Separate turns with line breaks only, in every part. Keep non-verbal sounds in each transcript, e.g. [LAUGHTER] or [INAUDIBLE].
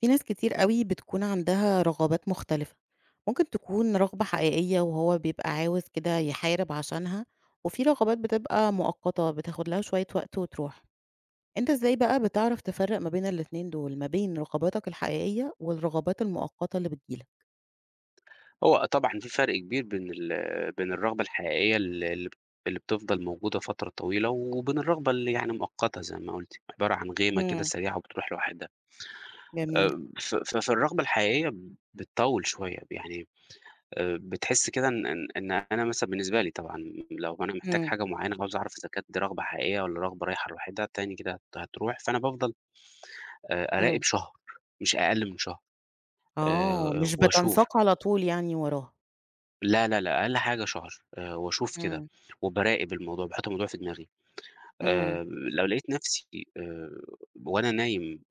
في ناس كتير أوي بتكون عندها رغبات مختلفة، ممكن تكون رغبة حقيقية وهو بيبقى عاوز كده يحارب عشانها، وفي رغبات بتبقى مؤقتة بتاخد لها شوية وقت وتروح، أنت إزاي بقى بتعرف تفرق ما بين الاتنين دول، ما بين رغباتك الحقيقية والرغبات المؤقتة اللي بتجيلك؟
هو طبعًا في فرق كبير بين ال بين الرغبة الحقيقية ال اللي اللي بتفضل موجودة فترة طويلة، وبين الرغبة اللي يعني مؤقتة زي ما قُلتِ، عبارة عن غيمة كده
إمم،
سريعة وبتروح لوحدها.
جميل،
ف ففي الرغبة الحقيقية بتطوّل شوية، يعني بتحس كده إن أنا مثلًا بالنسبة لي طبعًا لو أنا محتاج
إمم،
حاجة معينة عاوز أعرف إذا كانت دي رغبة حقيقية والّا رغبة رايحة لوحدها، تاني كده هتروح، فأنا بافضل
إمم،
أراقب شهر، مش أقل من شهر
آه، مش
وأشوف
بتنساق على طول يعني وراها،
لا، لا، لأ، أقل حاجة شهر، وأشوف كده،
إمم،
وباراقب الموضوع، باحط الموضوع في دماغي.
إمم،
آآ، لو لقيت نفسي آآ، وأنا نايم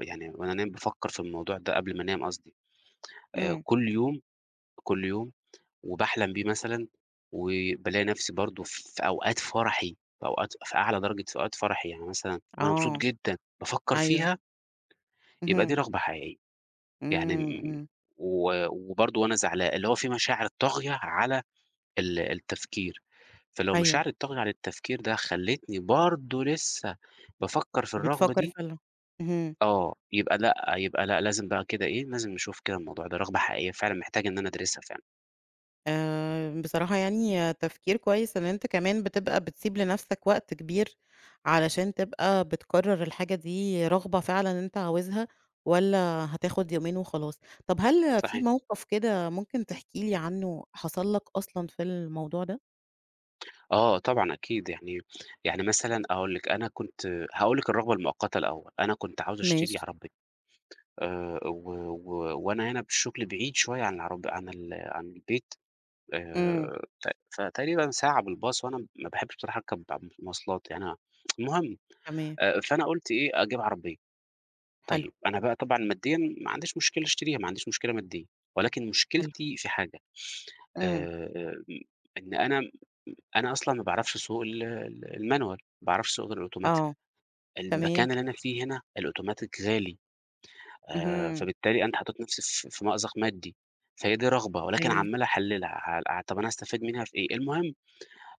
يعني وأنا نايم بافكر في الموضوع ده قبل ما أنام قصدي،
إمم،
كل يوم، كل يوم وباحلم بيه مثلًا، وبالاقي نفسي برضه في أوقات فرحي، في أوقات في أعلى درجة في أوقات فرحي، يعني مثلًا وأنا مبسوط
آه،
جدًا بافكر
أيوه،
فيها، يبقى دي
اهم،
رغبة حقيقية، يعني
إمم،
م
إمم،
وبرضه وأنا زعلان، اللي هو في مشاعر طاغية على التفكير، فلو
أيوه،
مشاعر الطاغية على التفكير ده خلّتني برضه لسه بافكّر في الرغبة
بتفكر
دي،
فعلًا، اهم.
آه، يبقى لأ، يبقى لأ، لازم بقى كده إيه، لازم نشوف كده الموضوع ده رغبة حقيقية فعلًا محتاج إن أنا أدرسها فعلًا،
بصراحة يعني تفكير كويس إن أنت كمان بتبقى بتسيب لنفسك وقت كبير، علشان تبقى بتقرر الحاجة دي رغبة فعلًا أنت عاوزها، والّا هتاخد يومين وخلاص. طب هل في
صحيح.
موقف كده ممكن تحكي لي عنه حصل لك أصلًا في الموضوع ده؟
آه طبعًا أكيد، يعني مثلًا أقول لِك أنا كنت هاقول لِك الرغبة المؤقتة الأول، أنا كنت عاوز
ماشي،
أشتري عربية و و وأنا هنا بالشغل بعيد شوية عن العرب عن ال عن البيت
إمم،
ت فتقريبًا ساعة بالباص، وأنا ما باحبش بصراحة أركب مواصلات يعني أنا المهم
تمام،
فأنا قُلت إيه، أجيب عربية.
حلو،
طيب أنا بقى طبعًا ماديًا ما عنديش مشكلة أشتريها، ما عنديش مشكلة ماديًا، ولكن
حلو،
مشكلتي في حاجة،
إمم،
آآ إن أنا م أنا أصلًا ما باعرفش أسوق ال ال الmanual، ما باعرفش أسوق غير الautomatic.
آه، تمام،
المكان اللي أنا فيه هنا الautomatic غالي،
اهم،
فبالتالي أنا حاطط نفسي في مأزق مادي، فهي دي رغبة، ولكن
جميل،
عمّال أحللها، طب أنا هاستفاد منها في إيه؟ المهم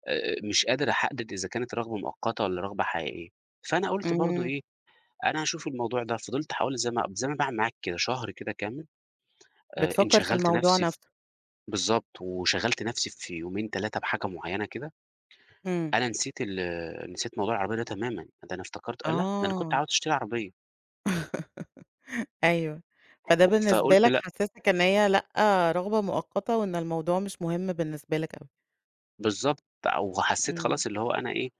مش قادر أحدد إذا كانت رغبة مؤقتة والّا رغبة حقيقية. فأنا قُلت برضه
إمم،
إيه، أنا هاشوف الموضوع ده، فضلت حوالي زي ما باعمل معاك كده شهر كده كامل،
بتفكر في
انشغلت
الموضوع
نفسي ف
نفسه،
بالضبط، وشغلت نفسي في يومين 3 بحاجة معيّنة كده،
إمم،
أنا نسيت موضوع العربية ده تمامًا، ده أنا افتكرت آه لأ، ده أنا كنت
آه.
عاوز أشتري عربية،
أيوه. فده بالنسبة
فقُلت
لك
لأ
حسّسك إن هي لأ، رغبة مؤقتة وإن الموضوع مش مهم بالنسبة لك أوي.
بالضبط، وحسيت
إمم،
خلاص اللي هو أنا إيه،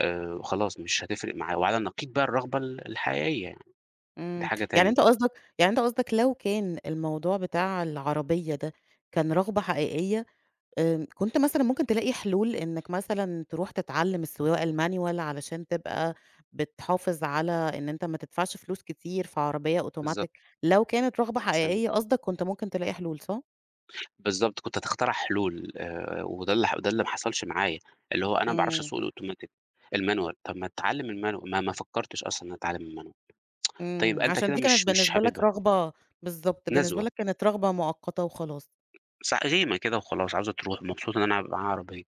خلاص مش هتفرق معايا، وعلى النقيض بقى الرغبة الحقيقية يعني، دي
إمم.
حاجة
يعني
تانية.
أنت قصدك يعني أنت قصدك لو كان الموضوع بتاع العربية ده كان رغبة حقيقية، كنت مثلًا ممكن تلاقي حلول إنّك مثلًا تروح تتعلّم السواقة الmanual علشان تبقى بتحافظ على إن أنت ما تدفعش فلوس كتير في عربية
بالضبط،
أوتوماتيك، لو كانت رغبة
استنى
حقيقية قصدك كنت ممكن تلاقي حلول، صح؟
بالضبط، كنت هتخترع حلول وده اللي ح ده اللي ما حصلش معايا، اللي هو أنا ما باعرفش
إمم.
أسوق الأوتوماتيك الmanual طب ما أتعلم الmanual ما ما فكرتش أصلًا إن أتعلم الmanual طيب
إمم،
أنت
عشان
كده
دي كانت
مش
بالنسبة لك
حاببها،
رغبة. بالضبط، بالنسبة
نزوة
لك كانت رغبة مؤقتة وخلاص.
غيمة كده وخلاص عاوزة تروح مبسوط إن أنا معايا عربية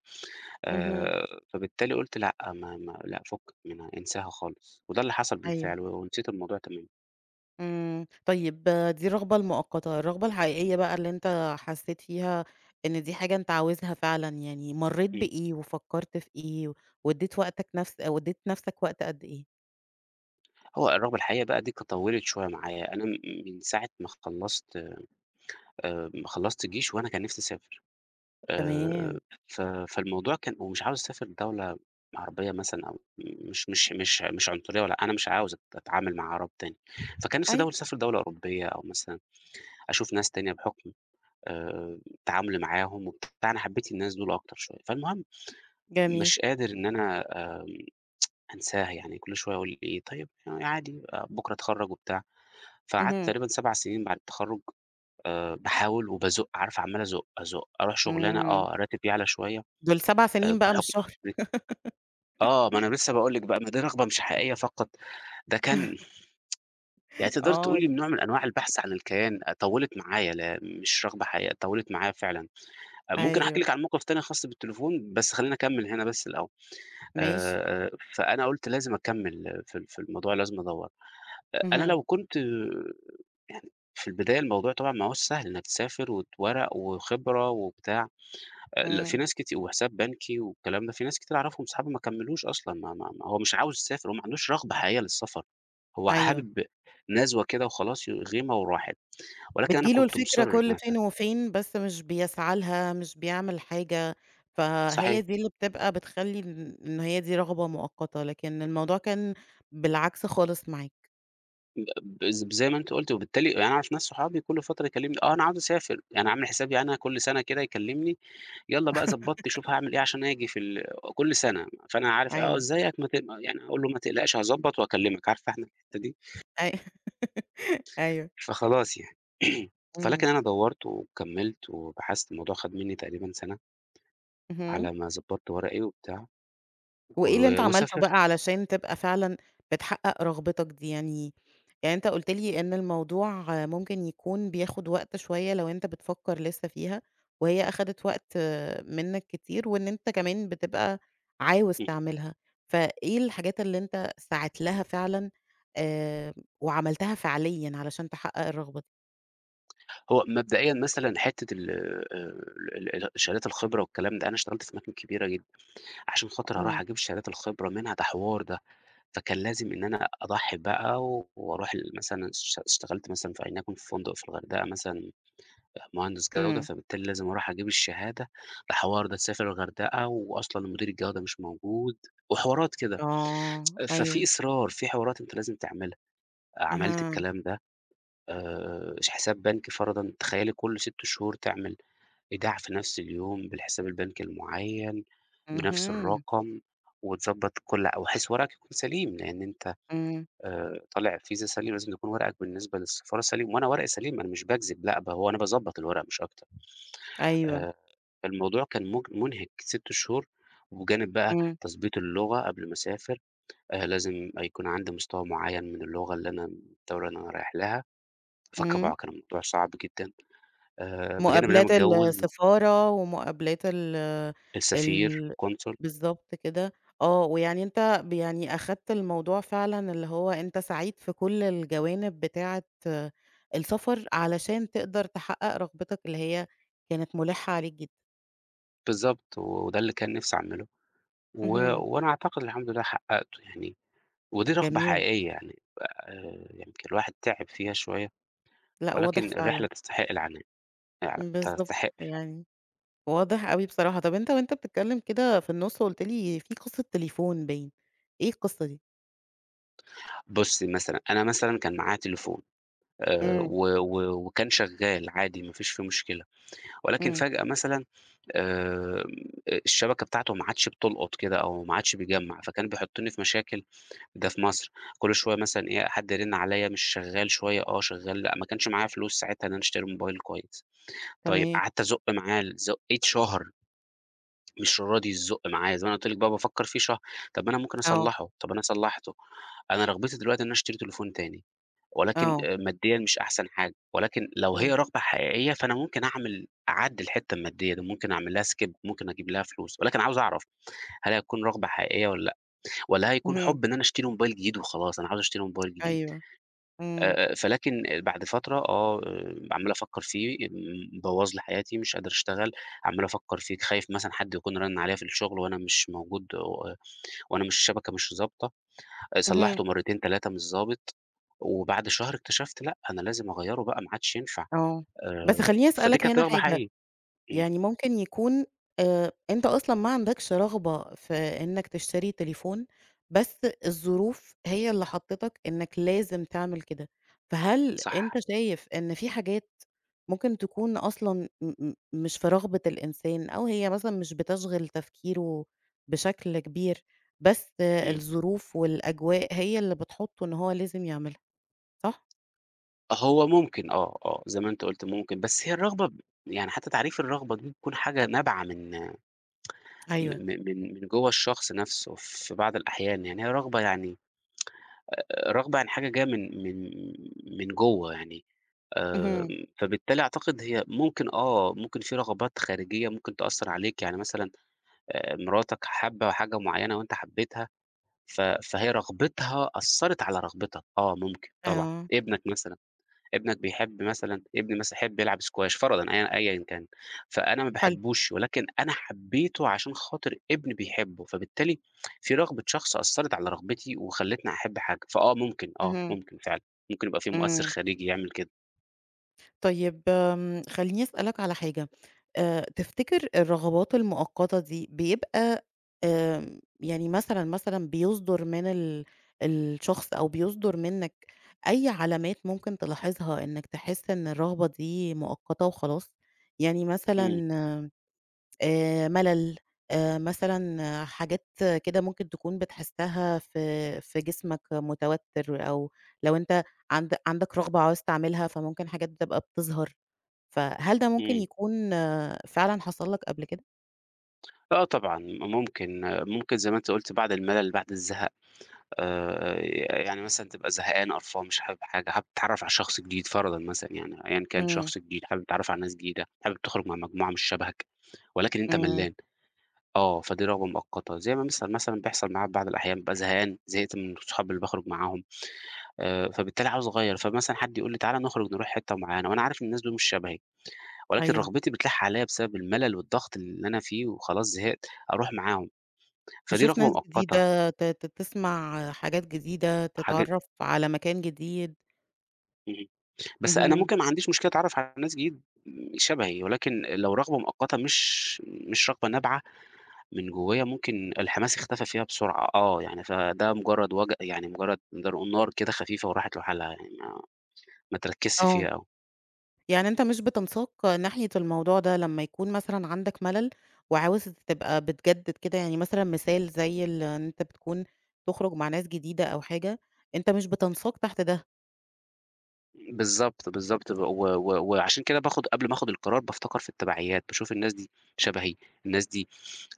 اهم.
فبالتالي قُلت لأ، ما ما لأ فُكّ منها انساها خالص، وده اللي حصل
أيوه،
بالفعل ونسيت الموضوع تمامًا.
إمم، طيب آه، دي الرغبة المؤقتة، الرغبة الحقيقية بقى اللي أنت حسيت فيها إن دي حاجة أنت عاوزها فعلًا، يعني مرّيت
إمم،
بإيه وفكّرت في إيه وادّيت نفسك وقت قد إيه؟
هو الرغبة الحقيقية بقى دي طوّلت شوية معايا، أنا م من ساعة ما خلّصت ما خلّصت جيش وأنا كان نفسي أسافر.
تمام،
آآ ف فالموضوع كان هو مش عاوز يسافر لدولة عربية مثلًا أو مش عنصرية ولا أنا مش عاوز أتعامل مع عرب تاني، فكان نفسي
أيوه،
دولة أوروبية أو مثلًا أشوف ناس تانية بحكم آآ تعاملي معاهم وبتاع، أنا حبيت الناس دول أكتر شوية، فالمهم
جميل،
مش قادر إن أنا آمم أنساها، يعني كل شوية أقول إيه طيب يعني عادي آه، بكرة أتخرّج وبتاع، فقعدت
اهم،
تقريبًا 7 سنين بعد التخرّج باحاول وبازُق، عارف عمّال أزُق، أزُق، أروح شغلانة
إمم،
آه، راتب يعلى شوية
دول 7 سنين بقى مش
بحُكم
شهر،
خبرتي آه، ما أنا لسه باقول لِك بقى ما دي رغبة مش حقيقية فقط، ده كان يعني
[LAUGHS]
تقدري
آه،
تقولي نوع من أنواع البحث عن الكيان، طوّلت معايا لا مش رغبة حقيقية، طوّلت معايا فعلًا. ممكن أحكي
أيوه،
لِك عن موقف تاني خاص بالتليفون، بس خلّيني أكمّل هنا بس الأول.
ماشي،
آآ آآ فأنا قُلت لازم أكمّل في ال في الموضوع لازم أدوّر. أنا
اهم،
لو كنت يعني في البداية الموضوع طبعًا ما هوّاش سهل إنّك تسافر ورق وخبرة وبتاع. لأ في
إمم،
ناس وحساب بنكي والكلام ده، في ناس كتير أعرفهم صحابي ما كمّلوش أصلًا، ما ما ما هو مش عاوز يسافر، هو ما عندوش رغبة حقيقية للسفر، هو
أيوه.
حابب نزوة كده وخلاص غِمى وراحت، ولكن أنا
بتيجي له
كنت
الفكرة
مُصِر إن
كل
أنا أسافر،
فين وفين، بس مش بيسعى لها، مش بيعمل حاجة، فهي
صحيح
دي اللي بتبقى بتخلّي إن هي دي رغبة مؤقتة، لكن الموضوع كان بالعكس خالص معاك.
ب بز زي ما أنتِ قُلتِ، وبالتالي يعني أنا أعرف ناس صحابي كل فترة يكلّمني، آه أنا عاوز أسافر، يعني عامل حسابي يعني أنا كل سَنة كده يكلّمني، يالّا بقى ضبّطت شوف هاعمل إيه عشان آجي في ال كل سَنة، فأنا عارف آه
أيوه،
إزيك ما ت يعني أقول له ما تقلقش هاضبّط وأكلّمك، عارفة إحنا الحتّة دي.
أي [LAUGHS] أيوه،
فخلاص يعني [CLEARS THROAT] فلكن
إمم،
أنا دوّرت وكمّلت وبحثت، الموضوع خَد منّي تقريبًا سَنة
اهم.
على ما ضبّطت ورقي وبتاع و
وإيه اللي أنت عملته
وسافرت.
بقى علشان تبقى فعلًا بتحقق رغبتك دي يعني؟ يعني أنت قُلت لي إن الموضوع ممكن يكون بياخد وقت شوية لو أنت بتفكّر لسه فيها، وهي أخدت وقت منّك كتير، وإن أنت كمان بتبقى عاوز
اهم.
تعملها، فإيه الحاجات اللي أنت سعيت لها فعلًا آآ، وعملتها فعليًا علشان تحقق الرغبة دي؟
هو مبدئيًا مثلًا حتّة ال ال ال شهادات الخبرة والكلام ده، أنا اشتغلت في أماكن كبيرة جدًا، عشان خاطر أروح
إمم،
أجيب شهادات الخبرة منها ده حوار ده، فكان لازم إن أنا أضحّي بقى وأروح مثلًا اشتغلت مثلًا في ولنكن في فندق في الغردقة مثلًا مهندس جودة،
إمم،
فبالتالي لازم أروح أجيب الشهادة، الحوار ده تسافر الغردقة وأصلًا مدير الجودة مش موجود، وحوارات كده.
آه،
ففي
أيوه،
إصرار، في حوارات أنت لازم تعملها. عملت
أها،
الكلام ده حساب بنكي فرضًا تخيّلي كل 6 شهور تعمل إيداع في نفس اليوم بالحساب البنكي المعيّن، بنفس
اهم،
الرقم، وتضبّط وبحيث ورقك يكون سليم، لإن أنت
إمم،
طالع فيزا سليم، لازم يكون ورقك بالنسبة للسفارة سليم، وأنا ورقي سليم، أنا مش باكذب لأ، هو أنا باضبّط الورق مش أكتر.
أيوه،
آآ الموضوع كان مُنهِك 6 شهور، وبجانب بقى
إمم،
تضبيط اللغة قبل ما أسافر، لازم يكون عندي مستوى معيّن من اللغة اللي أنا الدولة اللي أنا رايح لها،
إمم.
فالطبع كان الموضوع صعب جدًا، بجانب إن أنا
مقابلات
متجوّز،
السفارة ومقابلات ال
السفير،
ال
consul
بالضبط كده، آه، ويعني أنت ب يعني أخدت الموضوع فعلًا اللي هو أنت سعيد في كل الجوانب بتاعة آه، السفر، علشان تقدر تحقق رغبتك اللي هي كانت مُلِحّة عليك جدًا.
بالضبط، وده اللي كان نِفْسي أعمله،
اهم،
وأنا أعتقد الحمد لله حقّقته يعني، ودي رغبة
جميل،
حقيقية يعني يمكن الواحد تعب فيها شوية،
لأ واضح
ولكن الرحلة
فعلًا،
تستحق العناء، فعلًا
بالضبط،
تستحق.
يعني واضح أوي بصراحة. طَب أنت وأنت بتتكلم كده في النُص قُلت لي في قصة تليفون باين، إيه القصة دي؟
بُصّي مثلًا أنا مثلًا كان معايا تليفون.
إمم،
و و وكان شغال عادي ما فيش فيه مشكلة، ولكن
إمم،
فجأة مثلًا آآ الشبكة بتاعته ما عادش بتلقط كده أو ما عادش بيجمّع، فكان بيحطني في مشاكل ده في مصر، كل شوية مثلًا إيه حد يرن عليَّ مش شغال شوية آه شغال، لأ ما كانش معايا فلوس ساعتها إن أنا اشتري موبايل كويس، طيب
تمام،
قعدت أزُق معاه زُقيت شهر مش راضي يزُق معايا، زي ما أنا قُلت لِك بقى بافكر فيه شهر، طب ما أنا ممكن
آه،
أصلّحه، طب أنا صلّحته، أنا رغبتي دلوقتي إن أنا اشتري تليفون تاني. ولكن
آه.
ماديًا مش أحسن حاجة، ولكن لو هي
إمم،
رغبة حقيقية فأنا ممكن أعمل أعدّي الحتّة المادية دي، ممكن أعمل لها skip ممكن أجيب لها فلوس، ولكن عاوز أعرف هل هتكون رغبة حقيقية والّا لأ، والّا هيكون
اهم،
حُب إن أنا أشتري موبايل جديد وخلاص أنا عاوز أشتري موبايل جديد،
أيوه، إمم،
فلكن بعد فترة عمّال أفكّر فيه بوّظ لي حياتي مش قادر أشتغل، عمّال أفكّر فيه خايف مثلًا حد يكون رَنّ عليَّ في الشغل وأنا مش موجود وأنا مش الشبكة مش ضابطة.
اهم،
صلّحته مرّتين، 3 مش ضابط، وبعد شهر اكتشفت لأ، أنا لازم أغيّره بقى ما عادش ينفع
آه، بس خلّيني
فدي
أسألك
كانت
هنا
رغبة
حاجة،
حقيقية. إمم،
يعني ممكن يكون أنت أصلًا ما عندكش رغبة في إنك تشتري تليفون، بس الظروف هي اللي حطّتك إنك لازم تعمل كده، فهل
صح،
أنت شايف إن في حاجات ممكن تكون أصلًا م م مش في رغبة الإنسان، أو هي مثلًا مش بتشغل تفكيره بشكل كبير، بس
إمم.
الظروف والأجواء هي اللي بتحطّه إن هو لازم يعملها، صح؟
هو ممكن آه، آه، زي ما أنت قُلت ممكن، بس هي الرغبة يعني حتى تعريف الرغبة دي بتكون حاجة نابعة من م م
أيوه.
من من جوّه الشخص نَفْسه في بعض الأحيان، يعني هي رغبة يعني رغبة يعني حاجة جاية من جوّه يعني آآ،
اهم.
فبالتالي أعتقد هي ممكن آه، ممكن في رغبات خارجية ممكن تأثّر عليك، يعني مثلًا مراتك حابة حاجة معيّنة وأنت حبيتها، فهي رغبتها أثّرت على رغبتك، آه ممكن طبعًا.
آه،
ابنك مثلًا، ابنك بيحب مثلًا ابني مثلًا يحب يلعب squash فرضًا أيًا كان، فأنا ما
حلو.
باحبوش ولكن أنا حبيته عشان خاطر ابني بيحبه، فبالتالي في رغبة شخص أثّرت على رغبتي وخلّتني أحب حاجة، فآه ممكن، آه
اهم،
ممكن فعلًا، ممكن يبقى في مؤثّر
إمم.
خارجي يعمل كده.
طيب خلّيني أسألك على حاجة، تفتكر الرغبات المؤقتة دي بيبقى يعني مثلًا، مثلًا بيصدر من الشخص أو بيصدر منك أي علامات ممكن تلاحظها إنك تحس إن الرغبة دي مؤقتة وخلاص؟ يعني مثلًا
إمم،
ملل، مثلًا آه، حاجات كده ممكن تكون بتحسّها في جسمك متوتّر، أو لو أنت عندك رغبة عاوز تعملها، فممكن حاجات بتبقى بتظهر، فهل ده ممكن
إمم.
يكون فعلًا حصل لك قبل كده؟
آه طبعًا، ممكن ممكن زي ما أنت قُلت بعد الملل، بعد الزهق. آآ، يعني مثلًا تبقى زهقان، قرفان، مش حابب حاجة، حابب تتعرّف على شخص جديد فرضًا مثلًا يعني أيًا كان
إمم،
شخص جديد، حابب تتعرّف على ناس جديدة، حابب تخرج مع مجموعة مش شبهك، ولكن أنت
إمم،
ملّان، آه، فدي رغبة مؤقتة، زي ما مثلًا بيحصل معايا في بعض الأحيان بابقى زهقان، زهقت من صحابي اللي باخرج معاهم، فبالتالي عاوز أغيّر، فمثلًا حد يقول لي تعالَ نخرج نروح حتة معيّنة، وأنا عارف إن الناس دول مش شبهي، ولكن
أيوه،
رغبتي بتلح عليَّ بسبب الملل والضغط اللي أنا فيه وخلاص زهقت، أروح معاهم، فدي
تشوف
رغبة
ناس
مؤقتة،
جديدة، ت ت تسمع حاجات جديدة،
حاجة
تتعرّف على مكان جديد،
اهم. بس أنا
اهم،
ممكن ما عنديش مشكلة أتعرّف على ناس جديد شبهي، ولكن لو رغبة مؤقتة مش رغبة نابعة من جوّايا ممكن الحماس اختفى فيها بسرعة آه، يعني فده مجرّد وج يعني مجرّد نقدر نقول نار كده خفيفة وراحت لحالها يعني ما تركّزش
آه.
فيها أوي.
يعني أنت مش بتنساق ناحية الموضوع ده لمّا يكون مثلًا عندك ملل وعاوز تبقى بتجدد كده، يعني مثلًا مثال زي إن أنت بتكون تخرج مع ناس جديدة أو حاجة، أنت مش بتنساق تحت ده.
بالضبط، بالضبط، و و وعشان كده باخد قبل ما آخد القرار بافتكر في التبعيات، باشوف الناس دي شبهي، الناس دي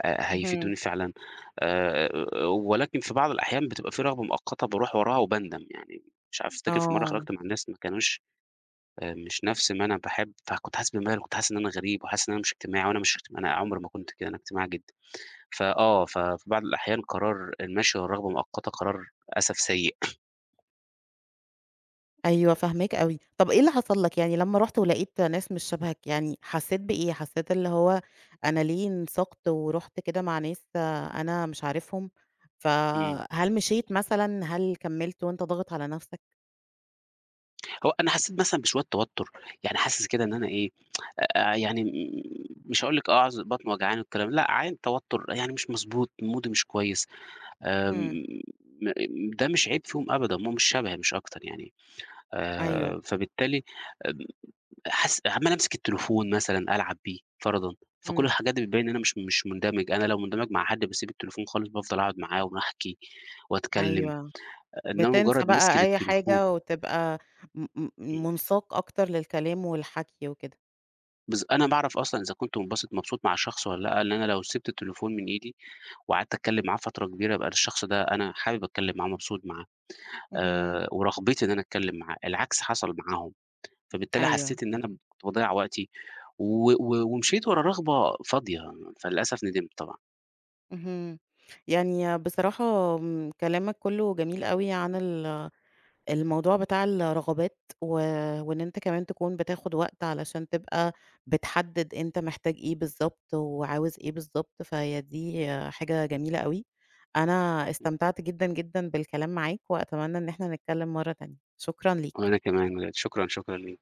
اهم.
هيفيدوني فعلًا، آآ ولكن في بعض الأحيان بتبقى في رغبة مؤقتة باروح وراها وباندم، يعني مش عارف أفتكر في مرة
آه،
خرجت مع ناس ما كانوش مش نفس ما أنا باحب، فكنت حاسس بملل، كنت حاسس إن أنا غريب وحاسس إن أنا مش اجتماعي وأنا مش اجتماعي أنا عمري ما كنت كده، أنا اجتماعي جدًا. فآه، ففي بعض الأحيان قرار المشي ورا الرغبة مؤقتة قرار للأسف سيء. [CLEARS THROAT]
أيوه فاهماك أوي. طب إيه اللي حصل لك يعني لمّا رُحت ولقيت ناس مش شبهك، يعني حسيت بإيه؟ حسيت اللي هو أنا ليه انساقت ورُحت كده مع ناس أنا مش عارفهم؟
[LAUGHS] إمم.
فهل مشيت مثلًا، هل كملت وأنت ضاغط على نفسك؟
هو أنا حسّيت مثلًا بشوية توتُّر، يعني حاسس كده إن أنا إيه، يعني م مش هاقول لِك آه بطني وجعاني والكلام لأ، عادي توتُّر، يعني مش مضبوط، مودي مش كويس،
إمم،
آمم م ده مش عيب فيهم أبدًا، هم مش شبهي مش أكتر يعني،
أيوه،
فبالتالي آمم حاسس عمّال أمسك التليفون مثلًا ألعب بيه فرضًا، فكل
إمم.
الحاجات دي بتبين إن أنا مش مندمج، أنا لو مندمج مع حد باسيب التليفون خالص بافضل أقعد معاه ونحكي وأتكلّم،
أيوه،
إنّما
بتنسى
مجرّد مسكي
بقى أي
للتليفون
حاجة وتبقى م م مُنساق أكتر للكلام والحكي وكده.
أنا باعرف أصلًا إذا كنت منبسط مبسوط مع الشخص والّا لأ، لإن أنا لو سِبت التليفون من إيدي وقعدت أتكلّم معاه فترة كبيرة، يبقى الشخص ده أنا حابب أتكلّم معاه، مبسوط معاه،
اهم،
ورغبتي إن أنا أتكلّم معاه، العكس حصل معاهم، فبالتالي
أيوه،
حسّيت إن أنا كنت باضيّع وقتي و و ومشيت ورا رغبة فاضية، فللأسف ندمت طبعًا.
اهم. يعني بصراحة كلامك كُلّه جميل أوي عن الموضوع بتاع الرغبات وإن أنت كمان تكون بتاخد وقت علشان تبقى بتحدد أنت محتاج إيه بالضبط وعاوز إيه بالضبط، فهي دي حاجة جميلة أوي. أنا استمتعت جدًا، جدًا بالكلام معاك وأتمنى إن إحنا نتكلم مرّة تانية. شكرًا ليك.
وأنا كمان، شكرًا، شكرًا ليك.